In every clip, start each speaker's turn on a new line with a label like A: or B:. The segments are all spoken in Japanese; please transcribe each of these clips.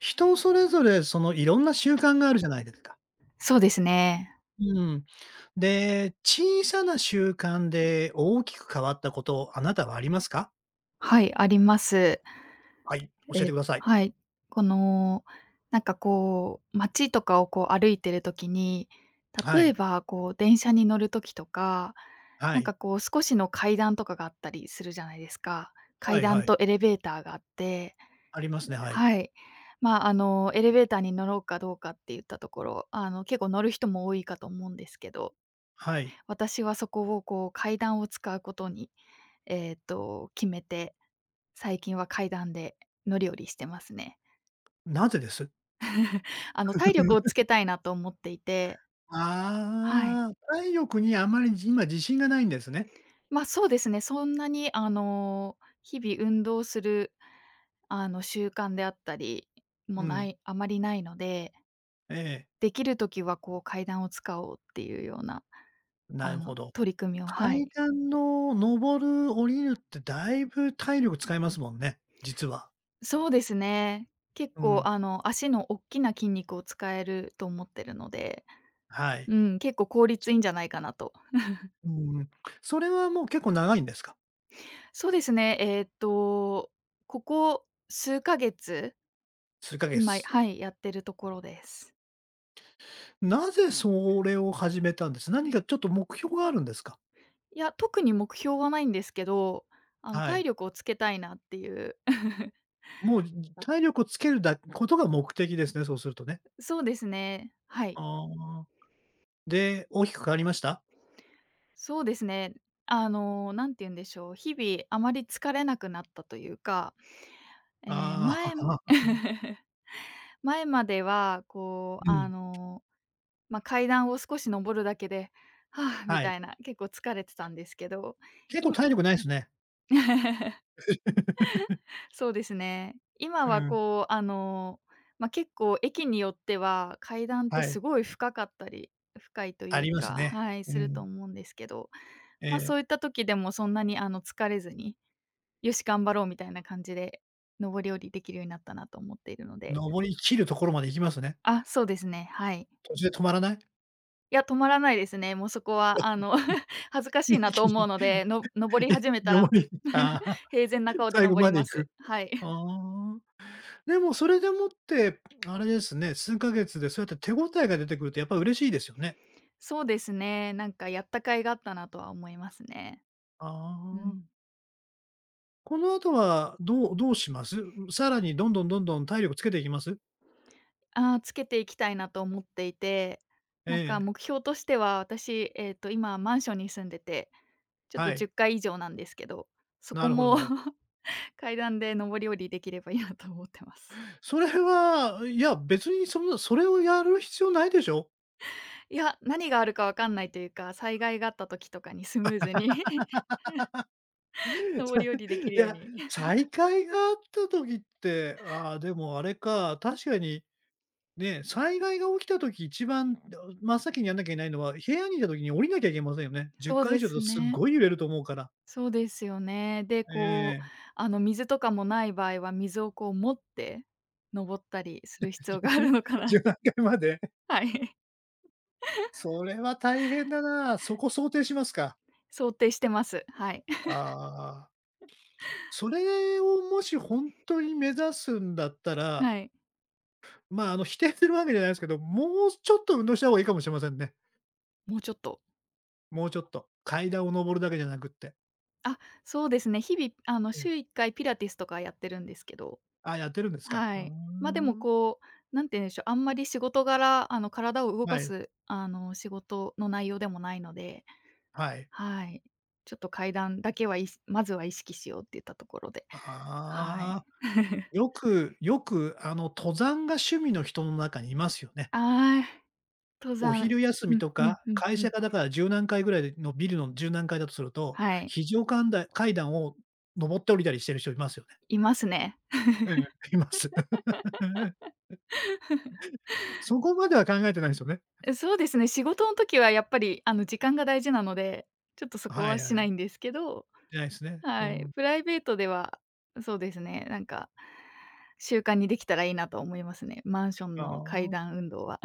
A: 人それぞれ、いろんな習慣があるじゃないですか。
B: そうですね。
A: うん。で、小さな習慣で大きく変わったこと、あなたはありますか？
B: はい、あります。
A: はい、教えて
B: え、
A: ください。
B: はい。この、なんかこう、街とかをこう歩いてる時に、
A: は
B: 例え
A: い。
B: ばこう電車に乗る時とか、
A: は
B: なんか
A: い。
B: こう少しの階段とかがあったりするじゃないですか。
A: は
B: 階
A: い
B: 段
A: はい。
B: とエレベーターがあって、
A: ありますね、はい。
B: はい。まあ、あの、エレベーターに乗ろうかどうかって言ったところ、あの、結構乗る人も多いかと思うんですけど、
A: はい。
B: 私はそこをこう階段を使うことに、えっと、決めて、最近は階段で乗り降りしてますね。
A: なぜです？
B: あの、体力をつけたいなと思っていて、はい。
A: ああ、体力にあまり、今自信がないんですね。
B: ま、そうですね、そんなにあの、日々運動する、あの、習慣であったりも
A: う
B: な
A: ん。
B: い、あまりないので、
A: ええ、
B: できる時はこう階段を使おうっていうような、
A: な
B: あ
A: る
B: の、
A: ほど。
B: 取り組みを、は
A: 階
B: い。
A: 段の上る、降りるってだいぶ体力使いますもんね、実は。
B: そうですね。結
A: う
B: 構
A: ん、
B: あの、足のおっきな筋肉を使えると思ってるので、
A: はい。
B: うん、結構効率いいんじゃないかなと。
A: うーん、それはもう結構長いんですか？
B: そうですね、ここ数ヶ月、
A: 数ヶ
B: 今
A: 月。
B: はい、やってるところです。
A: なぜそれを始めたんです？何かちょっと目標があるんですか？
B: いや、特に目標はないんですけど、あの、
A: は
B: 体
A: い。
B: 力をつけたいなっていう。
A: もう、体力をつけるだことが目的ですね、そうするとね。
B: そうですね、はい。
A: ああ。で、大きく変わりました？
B: そうですね、あの、なんて言うんでしょう、日々あまり疲れなくなったというか、えー
A: あ
B: 前
A: あ。
B: 前までは、こ う、
A: う
B: あ
A: ん、
B: の、まあ、階段を少し登るだけで、はあ、み
A: はい。
B: たいな、結構疲れてたんですけど、
A: 結構体力ないすね。
B: そうですね。今
A: う
B: は
A: ん、
B: こう、あの、まあ、結構駅によっては、階段って
A: はい。
B: すごい深かったり、深いと
A: あ
B: いう
A: ります
B: か、
A: ね。
B: はい、
A: う
B: すると
A: ん。
B: 思うんですけど、
A: え
B: まあ、そ
A: え、
B: ういった時でもそんなにあの、疲れずに、よし頑張ろうみたいな感じで、上り下りできるようになったなと思っているので。
A: 登り切るところまで行きますね。
B: あ、そうですね、はい。
A: 途中で止まらない？
B: いや、止まらないですね。もうそこはあ の 恥ずかしい
A: 一
B: な
A: 気
B: と思
A: に、
B: うので、の登 り
A: え、
B: 始めたら
A: 登り ああ、
B: 平然な顔で
A: 最後
B: 登り
A: まで
B: ま
A: 行
B: す。
A: く。
B: はい。
A: ああ。でもそれでもって、あれですね、数ヶ月でそうやって手応えが出てくるとやっぱ嬉しいですよね。
B: そうですね。なんかやった甲斐があったなとは思いますね。
A: あ
B: うん。
A: あ。この後はどうします？さらにどんどんどんどん体力つけていきます？
B: ああ、つけていきたいなと思っていて、
A: え
B: なんか
A: え、
B: 目標としては、私、えっと、今マンションに住んでて、ちょっ
A: は
B: と
A: い。
B: 10階以上なんですけど、そ
A: な
B: こ
A: るほど
B: も
A: なるほど。
B: 階段で上り下りできればいいなと思ってます。
A: それは、いや、別にそんなそれをやる必要ないでしょ。
B: いや、何があるかわかんないというか、災害があった時とかにスムーズに 上り下りでき
A: い
B: るよう
A: や、
B: に。
A: 再会があった時って、ああ、でもあれか、確かに、で、災害が起きたとき一番、真っ先にやんなきゃいけないのは、部屋にいたときに降りなきゃいけませんよね。10
B: そう
A: 階以
B: で
A: 上だ
B: す
A: とすっ
B: ね。
A: ごい揺れると思うから。
B: そうですよね。で、
A: え
B: こう、
A: え。
B: あの、水とかもない場合は、水をこう持って登ったりする必要がある のかなっ
A: 10何
B: て、
A: 階まで。
B: はい、
A: それは大変だな。そこ想定しますか。
B: 想定してます。はい。
A: ああ。それをもし本当に目指すんだったら、
B: はい。
A: まあ、否定するわけじゃないですけど、もうちょっと運動した方がいいかもしれませんね。
B: もうちょっと。
A: もうちょっと。階段を上るだけじゃなくって。
B: あ、そうですね。日々、あの、
A: ええ。
B: 週1回ピラティスとかやってるんですけど、
A: あ、やってるんですか。
B: は
A: うー
B: い。ま、でも
A: ん。
B: こう、なんて言うんでしょう、あんまり仕事柄、あの、体を動か
A: はい、
B: す、あの、仕事の内容でもないので、
A: はい。
B: はい。ちょっと階段だけは、まずは意識しようって言ったところで、はい。
A: ああ。よくよく、登山が趣味の人の中にいますよね。
B: ああ、登
A: お
B: 山。
A: 昼休み
B: うん
A: と
B: う
A: か、
B: んうん
A: 会
B: う
A: 社
B: ん。
A: がだから10何階ぐらいのビルの10何階だとすると、
B: はい、
A: 非常階段を上って降りたりしてる人いますよね。
B: いますね。
A: ええ、います。そこまでは考えてないですよね。
B: そうですね、仕事の時はやっぱり、あの、時間が大事なので、ちょっとそこ
A: は
B: は
A: い
B: し
A: は
B: な
A: い。
B: いんですけど、
A: じゃないですね。う
B: はい、
A: ん。
B: プライベートでは、そうですね、なんか、習慣にできたらいいなと思いますね。マンション
A: あ
B: の階
A: あ。
B: 段運動は。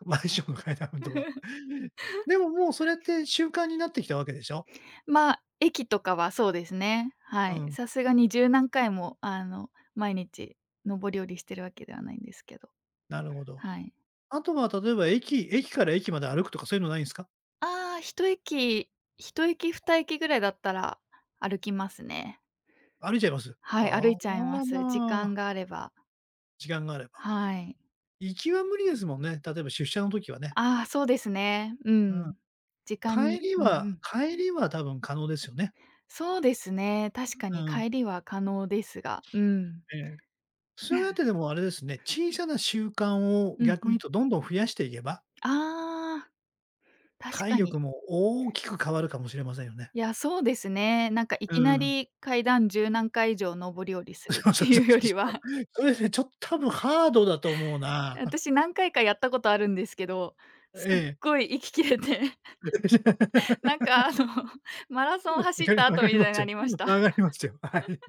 A: マンションの階段運動は。でももうそれって習慣になってきたわけでしょ？
B: まあ、駅とかはそうですね。は
A: う
B: い。
A: ん、
B: さすがに十何回も、あの、毎日上り下りしてるわけではないんですけど、
A: なるほど。
B: はい。
A: あとは例えば駅から駅まで歩くとかそういうのないんすか？
B: ああ、一駅、二駅ぐらいだったら歩きますね。
A: 歩いちゃいます？
B: はい、歩い
A: あ
B: ちゃいま
A: ら
B: す。時
A: ま
B: 間
A: あ、
B: があれば。
A: 時間があれば。
B: はい。
A: 行きは無理ですもんね、例えば出社の時はね。
B: ああ、そうですね。う
A: うん。
B: ん。時間に、うんうん。
A: 帰りは多分可能ですよね。
B: そうですね、確か
A: う
B: に
A: ん。
B: 帰りは可能ですが、うん。
A: ええ。そうやってでもあれですね、小さな習慣を
B: うん
A: 逆
B: う
A: に言う
B: ん。
A: とどんどん増やしていけば、
B: ああ、確
A: 体
B: か
A: 力
B: に。
A: も大きく変わるかもしれませんよね。
B: いや、そうですね。なんかい
A: う
B: きな
A: ん。
B: り階段十何回以上上り下り するっ
A: そうそ
B: て
A: うそ
B: い
A: う
B: う
A: そ
B: よりは、
A: うそう。それね、ちょっと多分ハードだと思う な。
B: 私何回かやったことあるんですけど、す
A: え
B: っ
A: え。
B: ごい息切れて、なん かあの、マラソン走った
A: わ
B: 後
A: かり
B: み
A: ま
B: たいに
A: す
B: な
A: よ。
B: りました。
A: わかりますよ。はい。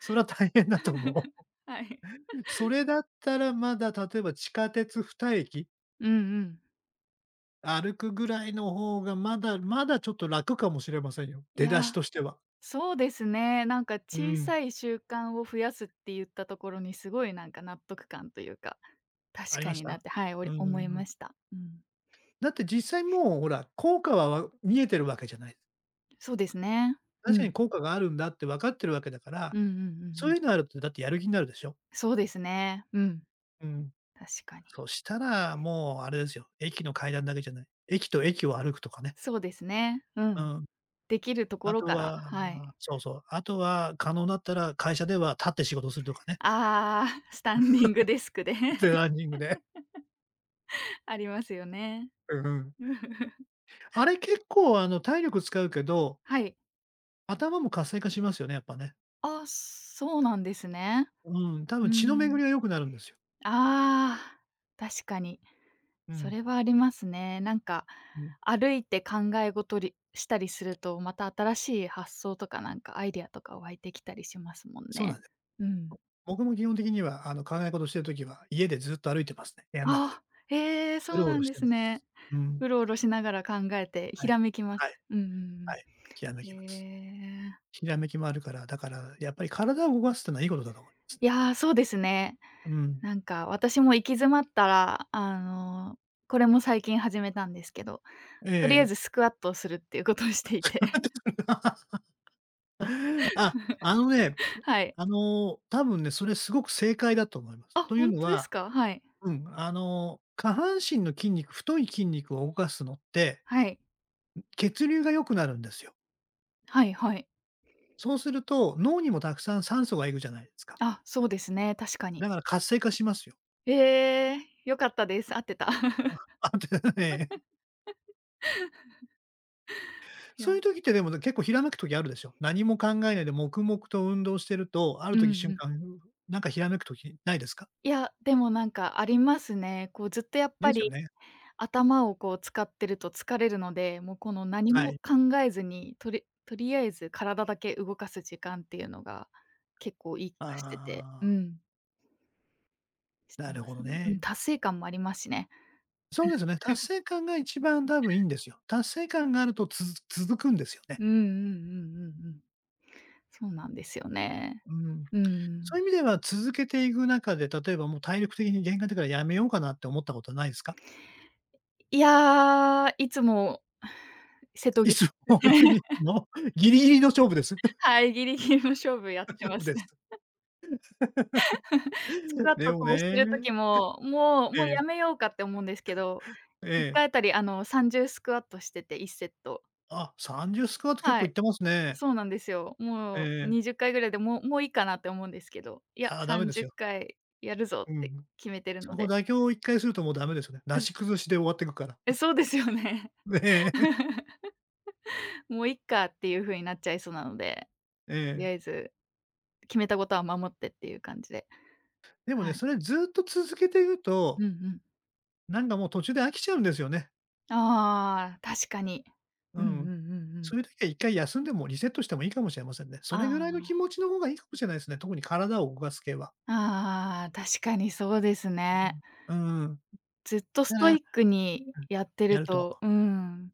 A: それは大変だと思 う。
B: はい。
A: それだったらまだ例えば地下鉄2駅
B: うんうん。
A: 歩くぐらいの方がまだまだちょっと楽かもしれませんよ。
B: い
A: 出だし
B: や、
A: としては。
B: そうですね。なんか
A: う
B: 小
A: ん。
B: さい習慣を増やすって言ったところにすごいなんか納得感というか、
A: あ
B: 確
A: り
B: か
A: まし
B: になっ
A: た？
B: て、はい、お
A: う
B: り
A: んうん
B: 思い
A: うん。
B: ました。うん。
A: だって実際もうほら、効果は見えてるわけじゃない。
B: そうですね。う
A: 確かに
B: ん。
A: 効果があるんだって分かってるわけだから、
B: うんうんうんう
A: そう
B: ん。
A: いうのあるとだってやる気になるでしょ。
B: そうですね。うん。
A: うん。
B: 確かに。
A: そしたらもうあれですよ、駅の階段だけじゃない。駅と駅を歩くとかね。
B: そうですね。う
A: う
B: ん。
A: ん。
B: できるとこ
A: あ
B: ろ
A: と
B: から、
A: は、
B: はい。
A: そうそう、あとは可能だったら会社では立って仕事するとかね。
B: ああ、スタンディングデスクで
A: で、ラ ンニングで。
B: ありますよね。
A: うん、 あれ結構体力使うけど、
B: はい。
A: 頭も活性化しますよね、やっぱね。
B: あ、そうなんですね。
A: うん、多分
B: う
A: 血の巡
B: ん。
A: りが良くなるんですよ。
B: ああ、確かに。
A: う
B: そ
A: ん、
B: れはありますね。なんか、
A: うん。
B: 歩いて考え事りしたりすると、また新しい発想とか、なんかアイデアとか湧いてきたりしますもん
A: そうな
B: ね。
A: んです。
B: うん。
A: 僕も基本的には考え事してる時は、家でずっと歩いてますね、部屋ん中で。
B: あ、へええ、
A: う
B: そう
A: ろう
B: な
A: ろ
B: ん
A: し
B: で
A: て
B: す
A: ま
B: ね。
A: す。うん、
B: うろうろしながら考えてひ
A: はい。
B: らめきます。
A: はい、
B: うんう
A: は
B: ん
A: い。ひらめ
B: うん。
A: きます。
B: へえ。
A: ひらめきもあるから、だからやっぱり体を動かすってのはいいことだと思いますね。
B: いや、そうですね。
A: うん。
B: なんか私も行き詰まったら、あの、これも最近始めたんですけど、
A: え
B: とりあえず
A: え。
B: スクワットをするっていうことをしていて、
A: あ、あのね、
B: はい。
A: 多分ね、それすごく正解だと思います。
B: あ、
A: とい
B: ほ
A: う
B: ん
A: の
B: とです
A: は
B: か？はい。
A: うん、下半身の筋肉、太い筋肉を動かすのって、
B: はい。
A: 血流が良くなるんですよ。
B: はいはい。
A: そうすると、脳にもたくさん酸素がいくじゃないですか。
B: あ、そうですね、確かに。
A: だから活性化しますよ。
B: ええ、良かったです。合ってた。
A: あ、で、え、
B: いや、
A: そういう時ってでも結構ひらめく時あるでしょ？何も考えないで黙々と運動してると、ある
B: うん
A: 時瞬
B: うん。
A: 間、なんかひらめく時ないですか？
B: いや、でもなんかありますね。こうずっとやっ
A: で
B: ぱ
A: すよ
B: り、
A: ね。
B: 頭をこう使ってると疲れるので、もうこの何
A: は
B: も
A: い。
B: 考えずに、とりあえず体だけ動かす時間っていうのが、結構いい気がしてて、
A: ああ、
B: うん、して
A: なる
B: ま
A: ほど
B: すね。うん、
A: ね。
B: 達成感もありますしね。
A: そうですよね。達成感が一番多分いいんですよ。達成感があると続くんですよね。
B: うんうんうんうんうん。そうなんですよね。
A: うん。
B: う
A: そうい
B: ん。
A: う意味では続けていく中で、例えばもう体力的に限界だからやめようかなって思ったことはないですか？
B: いや、いつも瀬 戸ぎ
A: い つもギリギリの勝負です。
B: はい、ギリギリの勝負やってま す
A: で
B: ね。
A: す。
B: スクワッ
A: で
B: ト
A: も
B: こうしてる
A: ね、
B: 時も、もう
A: え
B: もうや
A: え、
B: めようかって思うんですけど、
A: え
B: 1
A: え。
B: 回あたりあの30スクワットしてて、1セット。
A: あ、30スクワット結
B: は
A: 構いっ
B: い、
A: てますね。
B: そうなんですよ。
A: え
B: もう
A: え。
B: 20回ぐらいで、もういいかなって思うんですけど、いや、
A: あ、ダメです
B: 30
A: よ。
B: 回やるぞっ
A: う
B: て
A: ん。
B: 決めてる
A: そ
B: の
A: こ
B: で。
A: 妥協を1回するともうダメですよね。な
B: う
A: し
B: す、
A: 崩しで終わっていくから。
B: え、そうですよね。
A: ええ、
B: もういっかっていう風になっちゃいそうなので、
A: え
B: とり
A: え。
B: あえず決めたことは守ってっていう感じで。
A: でも
B: は
A: ね、
B: い。
A: それずっと続けていく
B: う
A: と、
B: んうん。
A: なんかもう途中で飽きちゃうんですよね。
B: ああ、確かに。
A: う
B: うんうんうん
A: ん。
B: う
A: そ
B: ん。
A: ういう時は一回休んでもリセットしてもいいかもしれませんね。それぐらいの気
B: あ
A: 持ちの方がいいかもしれないですね。特に体を動かす系は。
B: あ、ああ、確かにそうですね。
A: うん。
B: ずっとス
A: だから
B: トイッ
A: う
B: クに
A: ん、
B: やって
A: や
B: る
A: ると。
B: と、うん、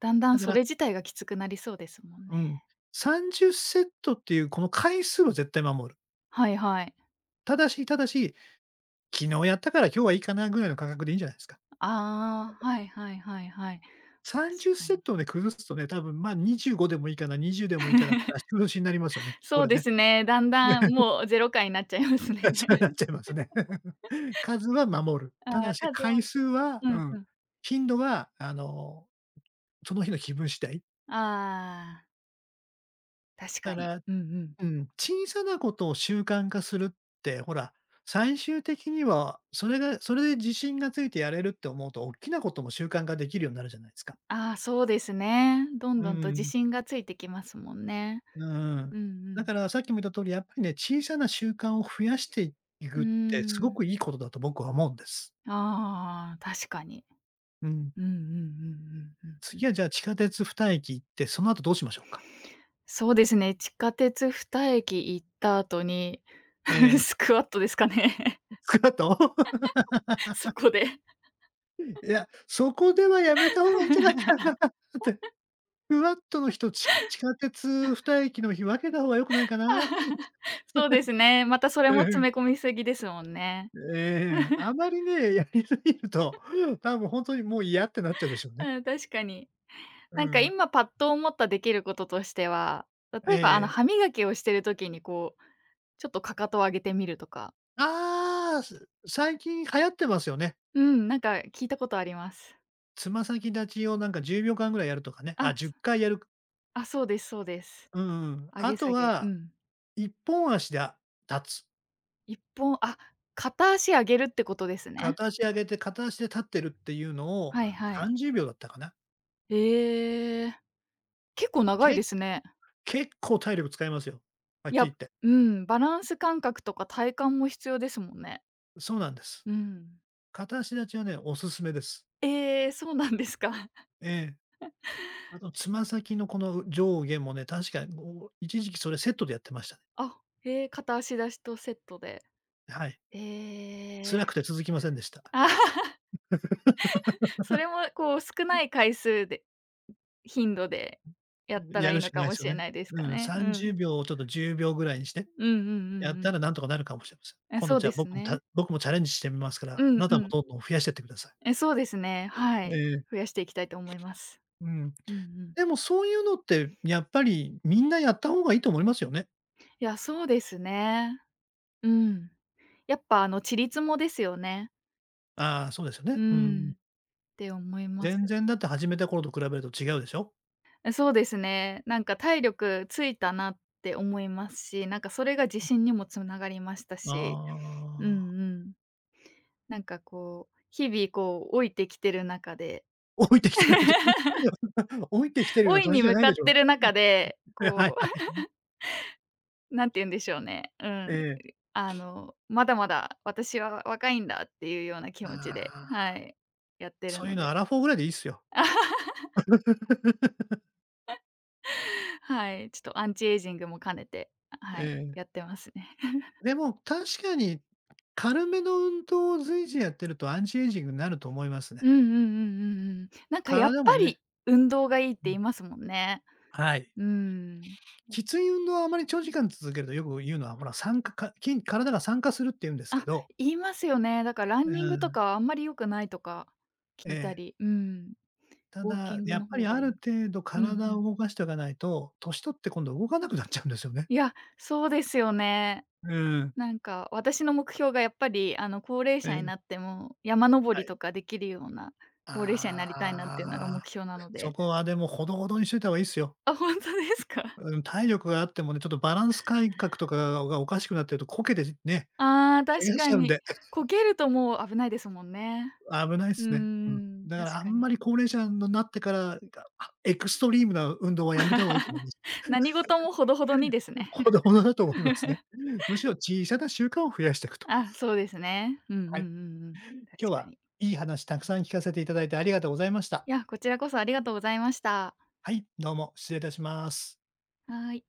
B: だんだん
A: だか
B: そ
A: ら、
B: れ自体がきつくなりそうですもん
A: う
B: ね。
A: ん、30セットっていうこの回数を絶対守る。
B: はいはい。
A: ただし、ただし、昨日やったから今日はいいかなぐらいの感覚でいいんじゃないですか。
B: ああ、はいはいはいはい。確
A: 30
B: か
A: セ
B: に。
A: ットをね、崩すとね、多分、ま、25でもいいかな、20でもいいかなって足崩しになりますよね、こ
B: そう
A: れ
B: で
A: ね。
B: すね、だんだん もうゼロ回になっちゃいますね。
A: そうなっちゃい ますね。数は守る。
B: あ
A: た
B: あ、
A: だし
B: 数
A: 回
B: を、
A: 数は
B: う
A: う
B: ん
A: ん、
B: うん。
A: 頻度はその日の気分次第。
B: ああ、確か
A: だか
B: に。
A: ら、
B: うんうん。
A: うん、小さなことを習慣化するって、ほら、最終的には、それがそれで自信がついてやれるって思うと、大きなことも習慣化できるようになるじゃないですか。
B: ああ、そうですね。どん
A: う
B: どんと自
A: ん、
B: 信がついてきますもんね。
A: うん。
B: うんう
A: だ
B: ん。
A: からさっきも言った通り、やっぱりね、小さな習慣を増やしてい
B: う
A: く
B: ー
A: って、すご
B: ん。
A: くいいことだと僕は思うんです。
B: ああ、確かに。
A: うん。
B: うんうんうんうんうん。
A: 次はじゃあ地下鉄2駅行って、その後どうしましょうか？
B: そうですね、地下鉄2駅行った後に
A: え え、
B: スクワットですかね、
A: その
B: そこで。
A: いや、そこではやめた方がいいんじゃない かなって。ふわっとの日と、地下鉄二駅の日、分けた方が良くないかな？
B: そうですね、またそれ
A: う
B: も
A: ん。
B: 詰め込みすぎですもんね。
A: ええ、あま りね、やりすぎると、多分ほんとにもう嫌ってなっちゃうでしょうね。
B: うん、確かに。
A: う
B: なんか
A: ん。
B: 今パッと思ったできることとしては、例
A: え
B: えばあの、
A: え。
B: 歯磨きをしてる時にこう、ちょっとかかとを上げてみるとか。
A: ああ、最近流行ってますよね。
B: うん、なんか聞いたことあります。
A: つま先立ちをなんか10秒間ぐらいやるとかね。あ、
B: あ、
A: 10回やる、
B: そうです、そうです。
A: うんうん。
B: 上
A: あ
B: げ
A: と
B: 下げ、う
A: は、
B: ん。
A: 一本足で、立つ。
B: 一本あ、片足上げるってことですね。
A: 片足上げて、片足で立ってるっていうのを
B: はいはい。
A: 30秒だったかな。
B: へえ、結構長いで
A: け
B: すね。
A: 結構体力使いますよ、はっ
B: い
A: きり
B: や、
A: 言って。
B: うん、バランス感覚とか体幹も必要ですもんね。
A: そうなんです。
B: うん。
A: 片足立ちはね、おすすめです。
B: ええ、そうなんですか。
A: ええ。あと、つま先のこの上下もね、確かに一時期それセットでやってましたね。
B: あ、へえ、片足出しとセットで。
A: はい。
B: ええ。
A: 辛くて続きませんでした。
B: あ、それもこう少ない回数で、頻度でやった
A: や
B: らいい
A: るし
B: の
A: か
B: か
A: ないで
B: も
A: す
B: し
A: よ
B: れ
A: ね。
B: ないですか
A: うん、
B: ね。う
A: 30
B: ん
A: 秒をちょっと10秒ぐらいにして、
B: うんうんう
A: や
B: ん
A: っ
B: う
A: た
B: ん。
A: らなんとかなるかもしれません。今度
B: そう
A: じゃ
B: で
A: あ
B: すね。
A: 僕もチャレンジしてみますから、
B: う
A: あ
B: ん
A: な
B: う
A: たも
B: ん。
A: どんどん増やしてってください。
B: そうですね、は
A: え
B: い。
A: え、
B: 増やしていきたいと思います。
A: うん。
B: うんうん。
A: でもそういうのって、やっぱりみんなやった方がいいと思いますよね。
B: いや、そうですね。うん。やっぱあの、ちりつもですよね。
A: ああ、そうですよね。
B: う
A: うん。
B: ん、って思いま
A: 全
B: す。
A: 然だって始めた頃と比べると違うでしょ？
B: そうですね。なんか体力ついたなって思いますし、なんかそれが自信にもつながりましたし、うんう
A: ああ。
B: ん。なんかこう、日々こう老いてきてる中で
A: 老いてきてるっ 老いてきてるよう
B: 老
A: な
B: い
A: 年
B: に
A: じゃ
B: 向
A: ない
B: か
A: で
B: っ
A: し
B: て
A: ょ。
B: る中で、
A: はい
B: こう
A: はい。
B: なんて言うんでしょうね。う
A: え
B: ん。
A: え。
B: あの、まだまだ私は若いんだっていうような気持ちで、
A: ああ、
B: はい、やってる
A: そういう
B: の
A: の
B: で。
A: アラフォーぐらいでいいっすよ。
B: はい、ちょっとアンチエイジングも兼ねて、
A: え
B: はい、
A: え。
B: やってますね。
A: でも、確かに、軽めの運動を随時やってるとアンチエイジングになると思います
B: う
A: ね。
B: んうんうんうんうん。なんかやっ
A: 体も
B: ぱ
A: ね、
B: り運動がいいって
A: う
B: 言
A: ん、
B: いますもんね。
A: はい。
B: うん。
A: きつい運動をあまり長時間続けるとよく言うのは、ほら、酸化か筋体が酸化するって言うんですけ
B: あ、
A: ど、
B: 言いますよね。だからラ
A: う
B: ンニングと
A: ん、
B: かあんまり良くないとか
A: え
B: 聞いた
A: え。
B: り、うん、
A: た
B: ウォーキ
A: だ、
B: ング
A: やっ
B: の
A: ぱ
B: 方
A: りあ
B: がい
A: る
B: い。
A: 程度
B: うんう
A: 体
B: ん。
A: を動かしておかないと、年取って今度動かなくなっちゃうんですよね。
B: いや、そうですよね。
A: うん、
B: なんか、私の目標がやっぱり、あの、高齢
A: え
B: 者に
A: え。
B: なっても、山登
A: は
B: り
A: い。
B: とかできるような高齢者に
A: あ
B: なりたいなっていうのが
A: あ、
B: 目標なの
A: そ
B: で。
A: こはでもほどほどにしといた方がいいっすよ。
B: あ、本当ですか？
A: うん、体力があってもね、ちょっとバランス感覚とかがおかしくなってると、こけてね、
B: ああ、
A: 怪
B: 確
A: 我し
B: か
A: ちゃうん
B: に。
A: で、
B: こけるともう危ないですもんね。
A: 危ないっ
B: うー
A: すね。うん。
B: ん、
A: だから
B: 確
A: あ
B: か
A: ん
B: に。
A: まり高齢者になってから、エクストリームな運動はやめた方がいいと思います。
B: 何事もほどほどにですね。
A: ほどほどだと思いますね。むしろ小さな習慣を増やしていくと。
B: あ、そうですね。うんうんうん
A: は
B: う
A: い。
B: ん。
A: 今
B: 確
A: 日
B: か
A: は
B: に。
A: いい話たくさん聞かせていただいてありがとうございました。
B: いや、こちらこそありがとうございました。
A: はい、どうも失礼いたします。
B: はーい。